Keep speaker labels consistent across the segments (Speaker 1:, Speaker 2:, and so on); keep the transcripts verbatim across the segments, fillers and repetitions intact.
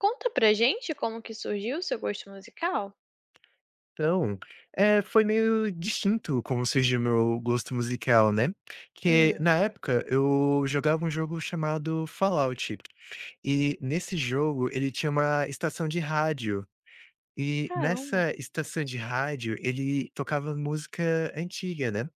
Speaker 1: Conta pra gente como que surgiu o seu gosto musical?
Speaker 2: Então, eh, foi meio distinto como surgiu meu gosto musical, né, que
Speaker 1: Hum,
Speaker 2: na época eu jogava um jogo chamado Fallout, e nesse jogo ele tinha uma estação de rádio, e
Speaker 1: caramba.
Speaker 2: nessa estação de rádio ele tocava música antiga, né,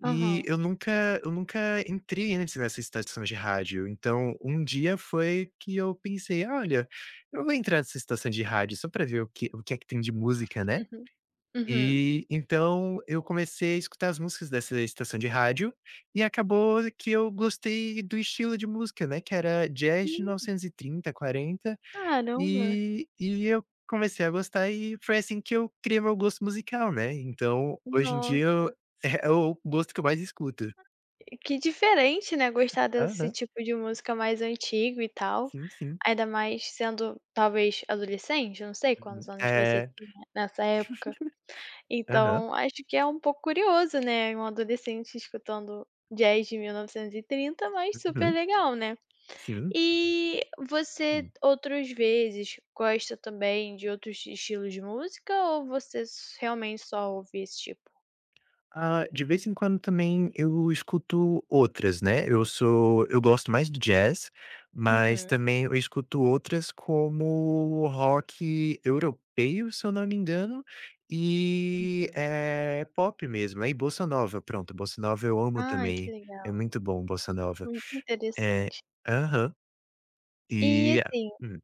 Speaker 2: e
Speaker 1: Aham.
Speaker 2: eu nunca eu nunca entrei antes nessa estação de rádio. Então um dia foi que eu pensei: "Olha, eu vou entrar nessa estação de rádio só para ver o que o que é que tem de música, né".
Speaker 1: Uhum. Uhum.
Speaker 2: E então eu comecei a escutar as músicas dessa estação de rádio, e acabou que eu gostei do estilo de música, né, que era jazz de
Speaker 1: Hum,
Speaker 2: mil novecentos e trinta, quarenta,
Speaker 1: caramba.
Speaker 2: e trinta, quarenta, e e eu comecei a gostar e foi assim que eu criei meu gosto musical, né. Então hoje em dia
Speaker 1: Nossa,
Speaker 2: eu é é o gosto que eu mais escuto.
Speaker 1: que diferente, né, gostar desse
Speaker 2: Aham,
Speaker 1: tipo de música mais antigo e tal,
Speaker 2: sim, sim.
Speaker 1: ainda mais sendo talvez adolescente, eu não sei
Speaker 2: Uhum.
Speaker 1: quantos anos você
Speaker 2: É.
Speaker 1: tinha nessa época.
Speaker 2: Aham.
Speaker 1: Então acho que é um pouco curioso, né, um adolescente escutando jazz de mil novecentos e trinta, mas super
Speaker 2: Uhum.
Speaker 1: legal, né?
Speaker 2: Sim.
Speaker 1: E você outras vezes gosta também de outros estilos de música ou você s realmente só ouve esse tipo?
Speaker 2: Ah, de vez em quando também eu escuto outras, né, eu sou eu gosto mais do jazz, mas
Speaker 1: Uhum.
Speaker 2: também eu escuto outras como rock europeu, se eu não me engano, e, eh, pop mesmo, aí bossa nova, pronto, bossa nova eu amo
Speaker 1: Ai, que
Speaker 2: também, é
Speaker 1: legal,
Speaker 2: muito bom bossa nova.
Speaker 1: muito
Speaker 2: É.
Speaker 1: interessante.
Speaker 2: Aham.
Speaker 1: E,
Speaker 2: E a
Speaker 1: assim,
Speaker 2: Hum,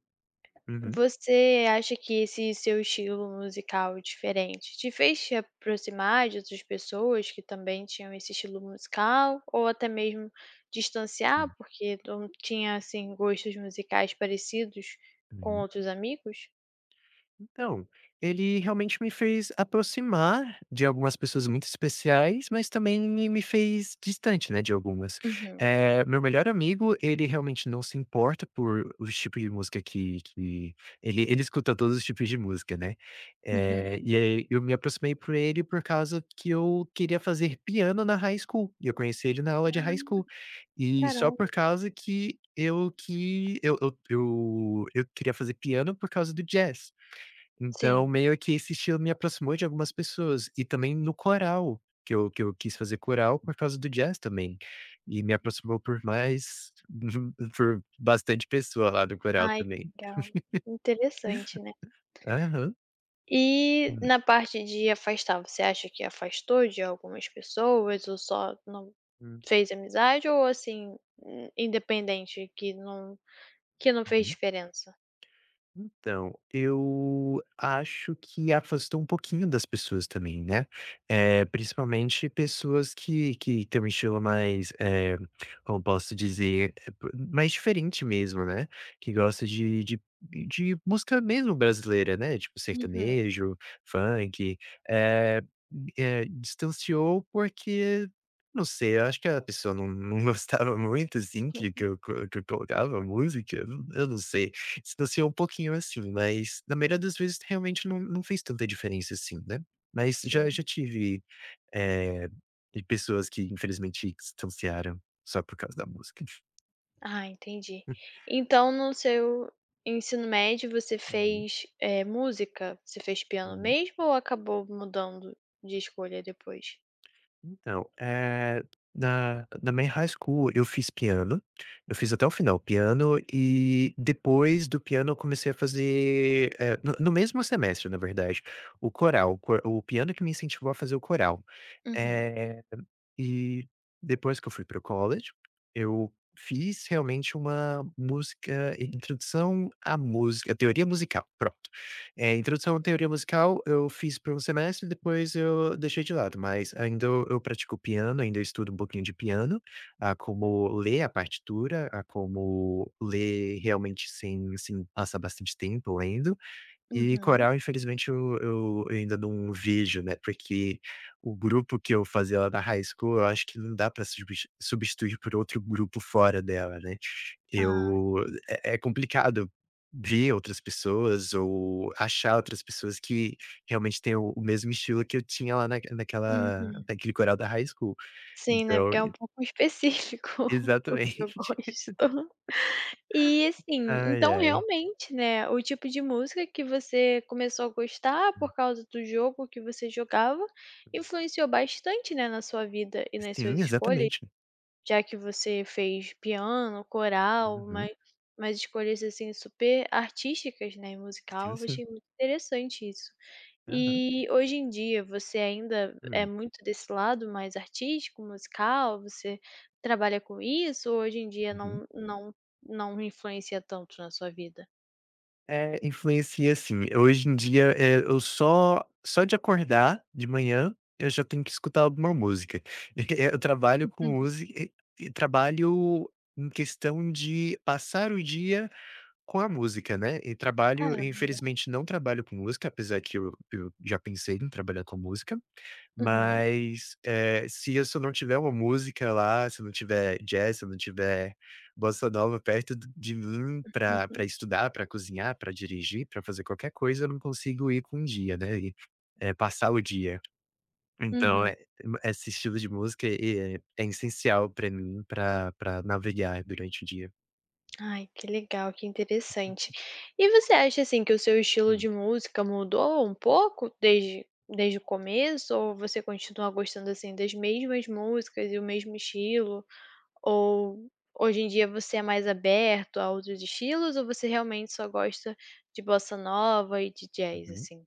Speaker 2: uhum.
Speaker 1: você acha que esse seu estilo musical diferente te fez te aproximar de outras pessoas que também tinham esse estilo musical ou até mesmo distanciar,
Speaker 2: Hum,
Speaker 1: porque não tinha, assim, gostos musicais parecidos com
Speaker 2: hum.
Speaker 1: outros amigos?
Speaker 2: Então, ele realmente me fez aproximar de algumas pessoas muito especiais, mas também me me fez distante, né, de algumas.
Speaker 1: Uhum.
Speaker 2: Eh, meu melhor amigo, ele realmente não se importa por os tipos de música que que ele ele escuta todos os tipos de música, né.
Speaker 1: Uhum.
Speaker 2: Eh, e aí eu me aproximei por ele por causa que eu queria fazer piano na high school, e eu conheci ele na aula de high
Speaker 1: Ah,
Speaker 2: school. E só por
Speaker 1: caramba.
Speaker 2: causa que eu que eu eu eu eu queria fazer piano por causa do jazz. Então,
Speaker 1: Sim.
Speaker 2: meio que esse estilo me aproximou de algumas pessoas, e também no coral, que eu que eu quis fazer coral por causa do jazz também, e me aproximou por mais por bastante pessoa lá do coral
Speaker 1: Ai, que
Speaker 2: também.
Speaker 1: legal. Interessante, né.
Speaker 2: Aham.
Speaker 1: E na parte de afastar, você acha que afastou de algumas pessoas ou só não
Speaker 2: Hum.
Speaker 1: fez amizade ou, assim, in independente, que não que não fez
Speaker 2: Uhum.
Speaker 1: diferença?
Speaker 2: Então, eu acho que afastou um pouquinho das pessoas também, né, eh, principalmente pessoas que que têm um estilo mais, eh, como posso dizer, eh, p mais diferente mesmo, né, que gosta de de de música mesmo brasileira, né, tipo
Speaker 1: Uhum.
Speaker 2: sertanejo, funk, eh eh, distanciou porque, não sei, eu acho que a pessoa não não gostava muito, assim, que que eu co que eu colocava música, eu não sei. Distanciou um pouquinho, assim, mas na maioria das vezes realmente não não fez tanta diferença assim, né. Mas
Speaker 1: Sim.
Speaker 2: já já tive, eh, de pessoas que infelizmente distanciaram só por causa da música.
Speaker 1: Ah, entendi. Então no seu ensino médio você
Speaker 2: Uhum,
Speaker 1: fez, eh, música? Você fez piano
Speaker 2: uhum.
Speaker 1: mesmo ou acabou mudando de escolha depois?
Speaker 2: Então, eh, na na minha high school eu fiz piano, eu fiz até o final piano e depois do piano eu comecei a fazer, eh, no no mesmo semestre na verdade, o coral, o co o piano que me incentivou a fazer o coral.
Speaker 1: Uhum,
Speaker 2: Eh, e depois que eu fui para o college, eu fiz realmente uma música eh, introdução à música teoria musical, pronto. Eh, introdução à teoria musical eu fiz por um semestre, depois eu deixei de lado, mas ainda eu eu pratico piano, ainda estudo um pouquinho de piano, a como ler a partitura, a como ler realmente sem sem passar bastante tempo lendo. E
Speaker 1: uhum.
Speaker 2: coral, infelizmente, eu eu ainda não vejo, né, porque o grupo que eu fazia lá na high school, eu acho que não dá pra subs substituir por outro grupo fora dela, né.
Speaker 1: Ah,
Speaker 2: Eu é é complicado ver outras pessoas ou achar outras pessoas que realmente tenham o o mesmo estilo que eu tinha lá na naquela
Speaker 1: uhum.
Speaker 2: naquele coral da high school.
Speaker 1: Sim, né,
Speaker 2: Então
Speaker 1: porque é um
Speaker 2: e-
Speaker 1: pouco específico o seu
Speaker 2: exatamente.
Speaker 1: gosto. E, assim,
Speaker 2: Ai,
Speaker 1: então
Speaker 2: ai.
Speaker 1: realmente, né, o tipo de música que você começou a gostar por causa do jogo que você jogava, influenciou bastante, né, na sua vida e nas
Speaker 2: Sim,
Speaker 1: suas escolhas.
Speaker 2: exatamente.
Speaker 1: Já que você fez piano, coral, mas
Speaker 2: Uhum.
Speaker 1: mas escolhas, assim, super artísticas, né, e musical,
Speaker 2: Sim,
Speaker 1: eu
Speaker 2: sim.
Speaker 1: achei muito interessante isso.
Speaker 2: Aham.
Speaker 1: E hoje em dia você ainda é
Speaker 2: Hum.
Speaker 1: muito desse lado mais artístico, musical? Você trabalha com isso ou hoje em dia
Speaker 2: Uhum.
Speaker 1: não não não influencia tanto na sua vida?
Speaker 2: É, influencia sim. Hoje em dia, eh, eu só só de acordar de manhã, eu já tenho que escutar alguma música. Eu trabalho com
Speaker 1: Hum,
Speaker 2: música e trabalho em questão de passar o dia com a música, né. E trabalho
Speaker 1: claro.
Speaker 2: infelizmente não trabalho com música, apesar que eu eu já pensei em trabalhar com música.
Speaker 1: Uhum,
Speaker 2: Mas, eh, se isso não tiver uma música lá, se não tiver jazz, se não tiver bossa nova perto d de mim para pra estudar, para cozinhar, para dirigir, para fazer qualquer coisa, eu não consigo ir com um dia, né, e, eh, passar o dia. Então,
Speaker 1: uhum.
Speaker 2: eh, esse estilo de música é é essencial para mim para pra navegar durante o dia.
Speaker 1: Ai, que legal, que interessante. E você acha, assim, que o seu estilo
Speaker 2: Hum.
Speaker 1: de música mudou um pouco desde desde o começo ou você continua gostando, assim, das mesmas músicas e o mesmo estilo? Ou hoje em dia você é mais aberto a outros estilos ou você realmente só gosta de bossa nova e de jazz,
Speaker 2: Uhum.
Speaker 1: assim?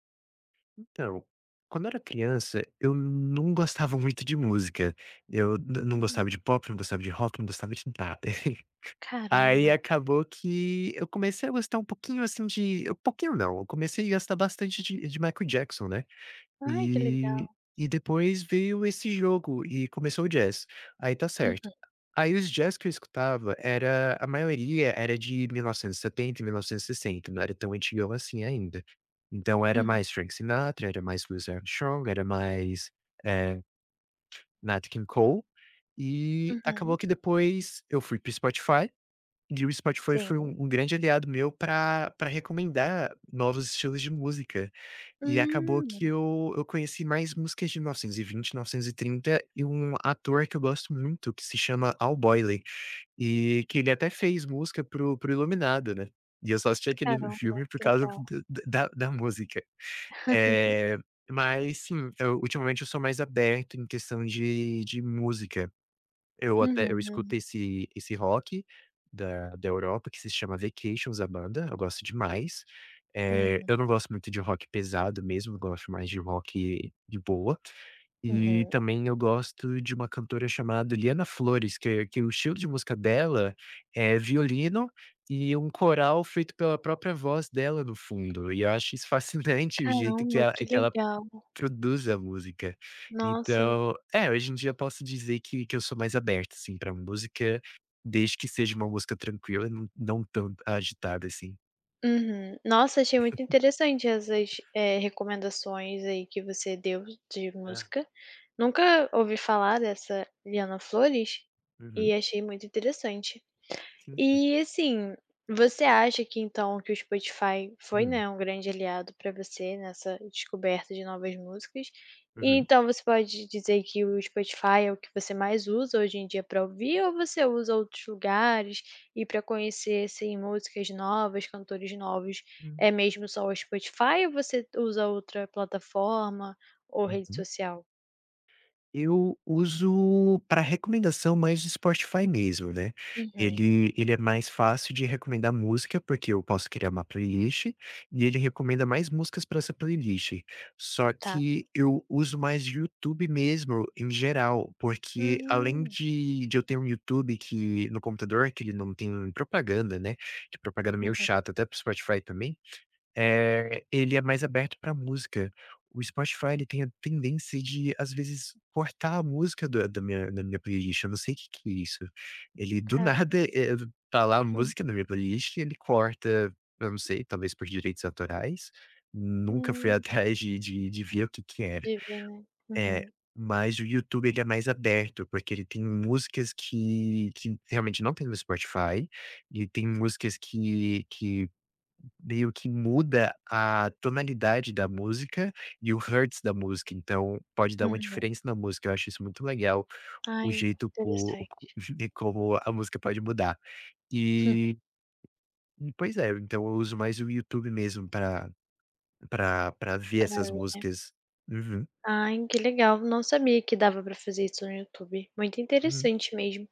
Speaker 2: Então, quando eu era criança, eu não gostava muito de música. Eu n- não
Speaker 1: Hum,
Speaker 2: gostava de pop, não gostava de rock, não gostava de nada. Aí
Speaker 1: caramba.
Speaker 2: acabou que eu comecei a gostar um pouquinho assim de. Um pouquinho não, eu comecei a gostar bastante de, de Michael Jackson, né?
Speaker 1: Ai, que legal.
Speaker 2: E e depois veio esse jogo e começou o jazz. Aí tá certo.
Speaker 1: Uhum,
Speaker 2: Aí os jazz que eu escutava era a maioria era de mil novecentos e setenta, mil novecentos e sessenta, não era tão antigão assim ainda. Então era
Speaker 1: uhum,
Speaker 2: mais Frank Sinatra, era mais Louis Armstrong, era mais, eh, Nat King Cole, e
Speaker 1: uhum.
Speaker 2: acabou que depois eu fui para o Spotify, e o Spotify foi
Speaker 1: Sim.
Speaker 2: um um grande aliado meu para pra recomendar novos estilos de música. E acabou
Speaker 1: Hum,
Speaker 2: que eu eu conheci mais músicas de mil novecentos e vinte, mil novecentos e trinta e vinte, mil novecentos e trinta e um ator que eu gosto muito que se chama Al Boyley, e que ele até fez música pro pro Iluminado, né, e eu só assisti aquele
Speaker 1: caramba,
Speaker 2: filme por
Speaker 1: que
Speaker 2: causa
Speaker 1: legal.
Speaker 2: d d da da música. É, mas sim, eu ultimamente eu sou mais aberto em questão de de música. Eu até eu
Speaker 1: Uhum,
Speaker 2: escuto esse esse rock da da Europa que se chama Vacations, a banda, eu gosto demais. Eh,
Speaker 1: uhum,
Speaker 2: eu não gosto muito de rock pesado mesmo, eu gosto mais de rock de boa. E
Speaker 1: uhum.
Speaker 2: também eu gosto de uma cantora chamada Liana Flores, que que o estilo de música dela é violino e um coral feito pela própria voz dela no fundo, e eu acho isso fascinante o jeito que
Speaker 1: Caramba,
Speaker 2: ela
Speaker 1: que
Speaker 2: que ela
Speaker 1: legal.
Speaker 2: produz a música.
Speaker 1: Nossa.
Speaker 2: Então, é, hoje em dia eu posso dizer que que eu sou mais aberto, assim, pra música, desde que seja uma música tranquila, não não tão agitada assim.
Speaker 1: Uhum. Nossa, achei muito interessante essas, eh, recomendações aí que você deu de
Speaker 2: É.
Speaker 1: música. Nunca ouvi falar dessa Liana Flores e
Speaker 2: Uhum.
Speaker 1: achei muito interessante.
Speaker 2: Sim, sim.
Speaker 1: E assim, você acha que então que o Spotify foi,
Speaker 2: Hum.
Speaker 1: né, um grande aliado para você nessa descoberta de novas músicas? E
Speaker 2: Uhum.
Speaker 1: então você pode dizer que o Spotify é o que você mais usa hoje em dia para ouvir ou você usa outros lugares e para conhecer, assim, músicas novas, cantores novos, é
Speaker 2: Hum.
Speaker 1: mesmo só o Spotify ou você usa outra plataforma ou rede social?
Speaker 2: Eu uso para recomendação mais o Spotify mesmo, né.
Speaker 1: Uhum,
Speaker 2: Ele ele é mais fácil de recomendar música, porque eu posso criar uma playlist, e ele recomenda mais músicas para essa playlist. Só
Speaker 1: tá.
Speaker 2: que eu uso mais o YouTube mesmo, em geral, porque além
Speaker 1: Hum,
Speaker 2: de de eu ter um YouTube que no computador, que ele não tem propaganda, né, que propaganda é meio
Speaker 1: uhum.
Speaker 2: chata, até para o Spotify também. Eh, ele é mais aberto para música. O Spotify, ele tem a tendência de, às vezes, cortar a música da da minha da minha playlist, eu não sei o que que é isso. Ele do
Speaker 1: Caramba.
Speaker 2: nada, eh, tá lá a música na minha playlist ele corta, eu não sei, talvez por direitos autorais, nunca fui
Speaker 1: Hum,
Speaker 2: atrás de de de ver o que que era.
Speaker 1: de ver, né.
Speaker 2: É,
Speaker 1: Uhum.
Speaker 2: mas o YouTube, ele é mais aberto, porque ele tem músicas que que realmente não tem no Spotify, e tem músicas que que meio que muda a tonalidade da música e o hertz da música, então pode dar uma
Speaker 1: Uhum.
Speaker 2: diferença na música, eu acho isso muito legal, o
Speaker 1: Ai,
Speaker 2: jeito co co
Speaker 1: interessante.
Speaker 2: e como a música pode mudar. E e, pois é, então eu uso mais o YouTube mesmo para para para ver
Speaker 1: Pra
Speaker 2: essas
Speaker 1: mim.
Speaker 2: músicas. Uhum,
Speaker 1: Ai, que legal, não sabia que dava pra fazer isso no YouTube, muito
Speaker 2: uhum,
Speaker 1: interessante mesmo.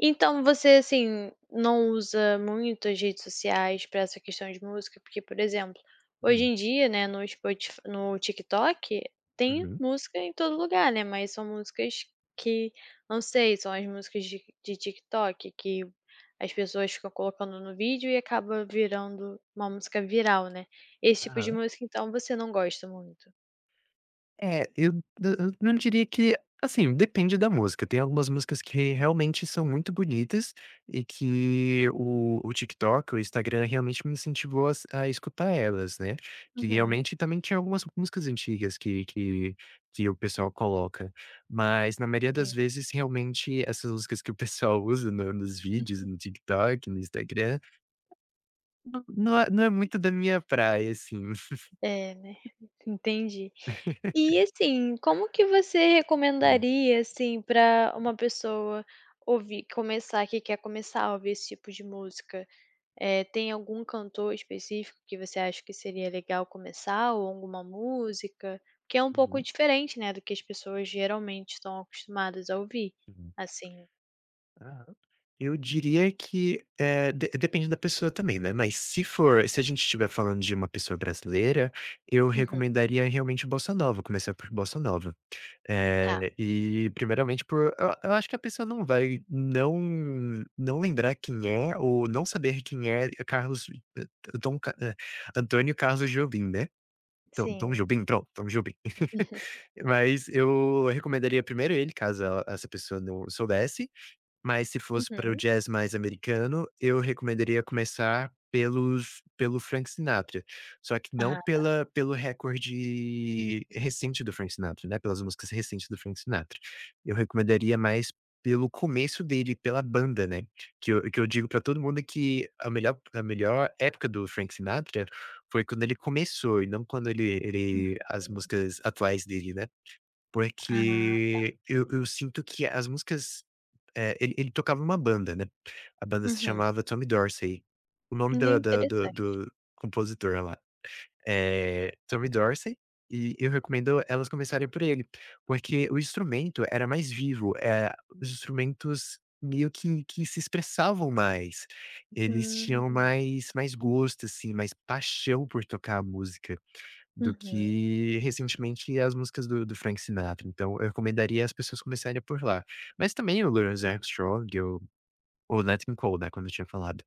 Speaker 1: Então você, assim, não usa muito as redes sociais para essa questão de música? Porque, por exemplo, hoje
Speaker 2: hum,
Speaker 1: em dia, né, no Spotif no TikTok, tem
Speaker 2: uhum.
Speaker 1: música em todo lugar, né, mas são músicas que não sei, são as músicas de de TikTok que as pessoas ficam colocando no vídeo e acaba virando uma música viral, né. Esse tipo de música, então, você não gosta muito?
Speaker 2: É, eu eu não diria que assim, depende da música. Tem algumas músicas que realmente são muito bonitas e que o o TikTok, o Instagram realmente me incentivou a s a escutar elas, né. Que
Speaker 1: Uhum.
Speaker 2: realmente também tinha algumas músicas antigas que que que o pessoal coloca. Mas na maioria das vezes, realmente, essas músicas que o pessoal usa no nos vídeos, no TikTok, no Instagram, não não é não é muito da minha praia, assim.
Speaker 1: É, né. Entendi. E assim, como que você
Speaker 2: Hum.
Speaker 1: recomendaria, assim, para uma pessoa ouvir começar que quer começar a ouvir esse tipo de música? Eh, tem algum cantor específico que você acha que seria legal começar ou alguma música? Que é um pouco
Speaker 2: Uhum,
Speaker 1: diferente, né, do que as pessoas geralmente estão acostumadas a ouvir,
Speaker 2: uhum.
Speaker 1: assim.
Speaker 2: Aham. Eu diria que, eh, de depende da pessoa também, né, mas se for se a gente estiver falando de uma pessoa brasileira, eu
Speaker 1: Uhum,
Speaker 2: recomendaria realmente o bossa nova, começar por bossa nova.
Speaker 1: tá.
Speaker 2: Eh, e primeiramente por eu eu acho que a pessoa não vai não não lembrar quem é ou não saber quem é Carlos eh, Dom Ca eh, Antônio Carlos Jobim, né. Então, Tom
Speaker 1: Sim.
Speaker 2: Jobim, pronto, Tom Jobim. Mas eu recomendaria primeiro ele, caso ela essa pessoa não soubesse, mas se fosse para o
Speaker 1: Uhum.
Speaker 2: jazz mais americano, eu recomendaria começar pelos pelo Frank Sinatra, só que não
Speaker 1: Ah,
Speaker 2: pela pelo recorde recente do Frank Sinatra, né, pelas músicas recentes do Frank Sinatra. Eu recomendaria mais pelo começo dele, pela banda, né, que eu que eu digo para todo mundo que a melhor a melhor época do Frank Sinatra foi quando ele começou e não quando ele
Speaker 1: hum,
Speaker 2: ele as músicas atuais dele, né.
Speaker 1: ah.
Speaker 2: Porque eu eu sinto que as músicas é, ele ele tocava uma banda, né, a banda se
Speaker 1: Uhum.
Speaker 2: chamava Tommy Dorsey, o nome da da do
Speaker 1: Interessante.
Speaker 2: do compositor lá é Tommy Dorsey, e eu recomendo elas começarem por ele, porque o instrumento era mais vivo, é os instrumentos meio que que se expressavam mais, eles tinham
Speaker 1: Hum.
Speaker 2: mais mais gosto, assim, mais paixão por tocar a música do
Speaker 1: Uhum.
Speaker 2: que recentemente as músicas do do Frank Sinatra, então eu recomendaria as pessoas começarem por lá. Mas também o Louis Armstrong o ou Nat King Cole, né, quando eu tinha falado.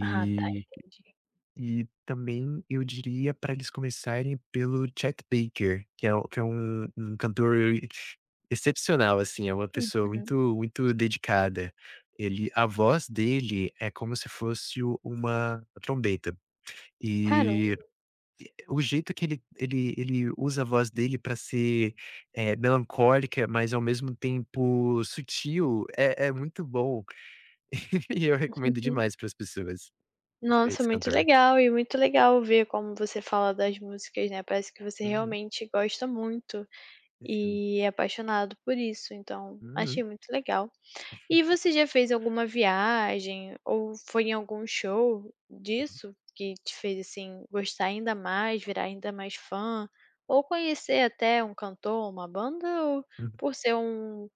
Speaker 1: Ah, tá, entendi.
Speaker 2: e também eu diria para eles começarem pelo Chet Baker, que é um que é um um cantor excepcional, assim, é uma pessoa
Speaker 1: Uhum.
Speaker 2: muito muito dedicada. Ele a voz dele é como se fosse uma trombeta.
Speaker 1: Caramba.
Speaker 2: E o jeito que ele ele ele usa a voz dele para ser, eh, melancólica, mas ao mesmo tempo sutil, é é muito bom. E eu recomendo
Speaker 1: Uhum.
Speaker 2: demais para as pessoas, esse
Speaker 1: Nossa,
Speaker 2: esse
Speaker 1: muito
Speaker 2: cantor.
Speaker 1: legal e muito legal ver como você fala das músicas, né, parece que você
Speaker 2: Uhum,
Speaker 1: realmente gosta muito
Speaker 2: esse filme.
Speaker 1: e é apaixonado por isso, então
Speaker 2: Uhum.
Speaker 1: achei muito legal. E você já fez alguma viagem ou foi em algum show disso que te fez, assim, gostar ainda mais, virar ainda mais fã, ou conhecer até um cantor, uma banda, ou por ser um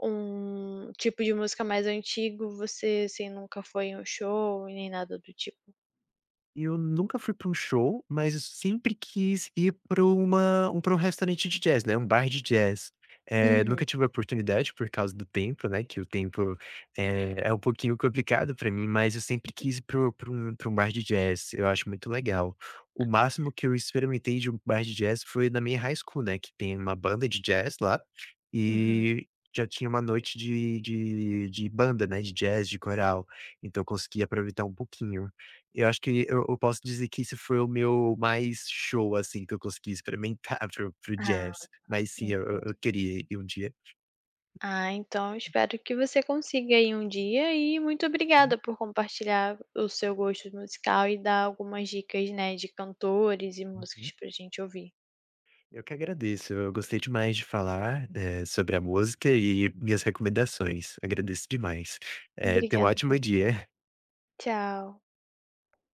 Speaker 1: um tipo de música mais antigo, você, assim, nunca foi em um show e nem nada do tipo?
Speaker 2: Eu nunca fui pra um show, mas eu sempre quis ir pra uma um pra um restaurante de jazz, né, um bar de jazz. Eh,
Speaker 1: Uhum,
Speaker 2: nunca tive a oportunidade por causa do tempo, né, que o tempo, eh, é um pouquinho complicado pra mim, mas eu sempre quis ir pro pra um pra um bar de jazz, eu acho muito legal. O máximo que eu experimentei de um bar de jazz foi na minha high school, né, que tem uma banda de jazz lá,
Speaker 1: uhum.
Speaker 2: e já tinha uma noite de de de banda, né, de jazz, de coral, então eu consegui aproveitar um pouquinho. Eu acho que eu eu posso dizer que esse foi o meu mais show, assim, que eu consegui experimentar pro pro
Speaker 1: Ah,
Speaker 2: jazz, mas sim, eu eu
Speaker 1: entendi.
Speaker 2: eu queria ir um dia.
Speaker 1: Ah, então espero que você consiga ir um dia e muito
Speaker 2: Uhum.
Speaker 1: obrigada por compartilhar o seu gosto musical e dar algumas dicas, né, de cantores e músicas
Speaker 2: Uhum.
Speaker 1: pra gente ouvir.
Speaker 2: Eu que agradeço, eu gostei demais de falar, eh, sobre a música e minhas recomendações. Agradeço demais. Eh, tenha um
Speaker 1: Obrigada a
Speaker 2: ótimo
Speaker 1: você.
Speaker 2: dia.
Speaker 1: Tchau.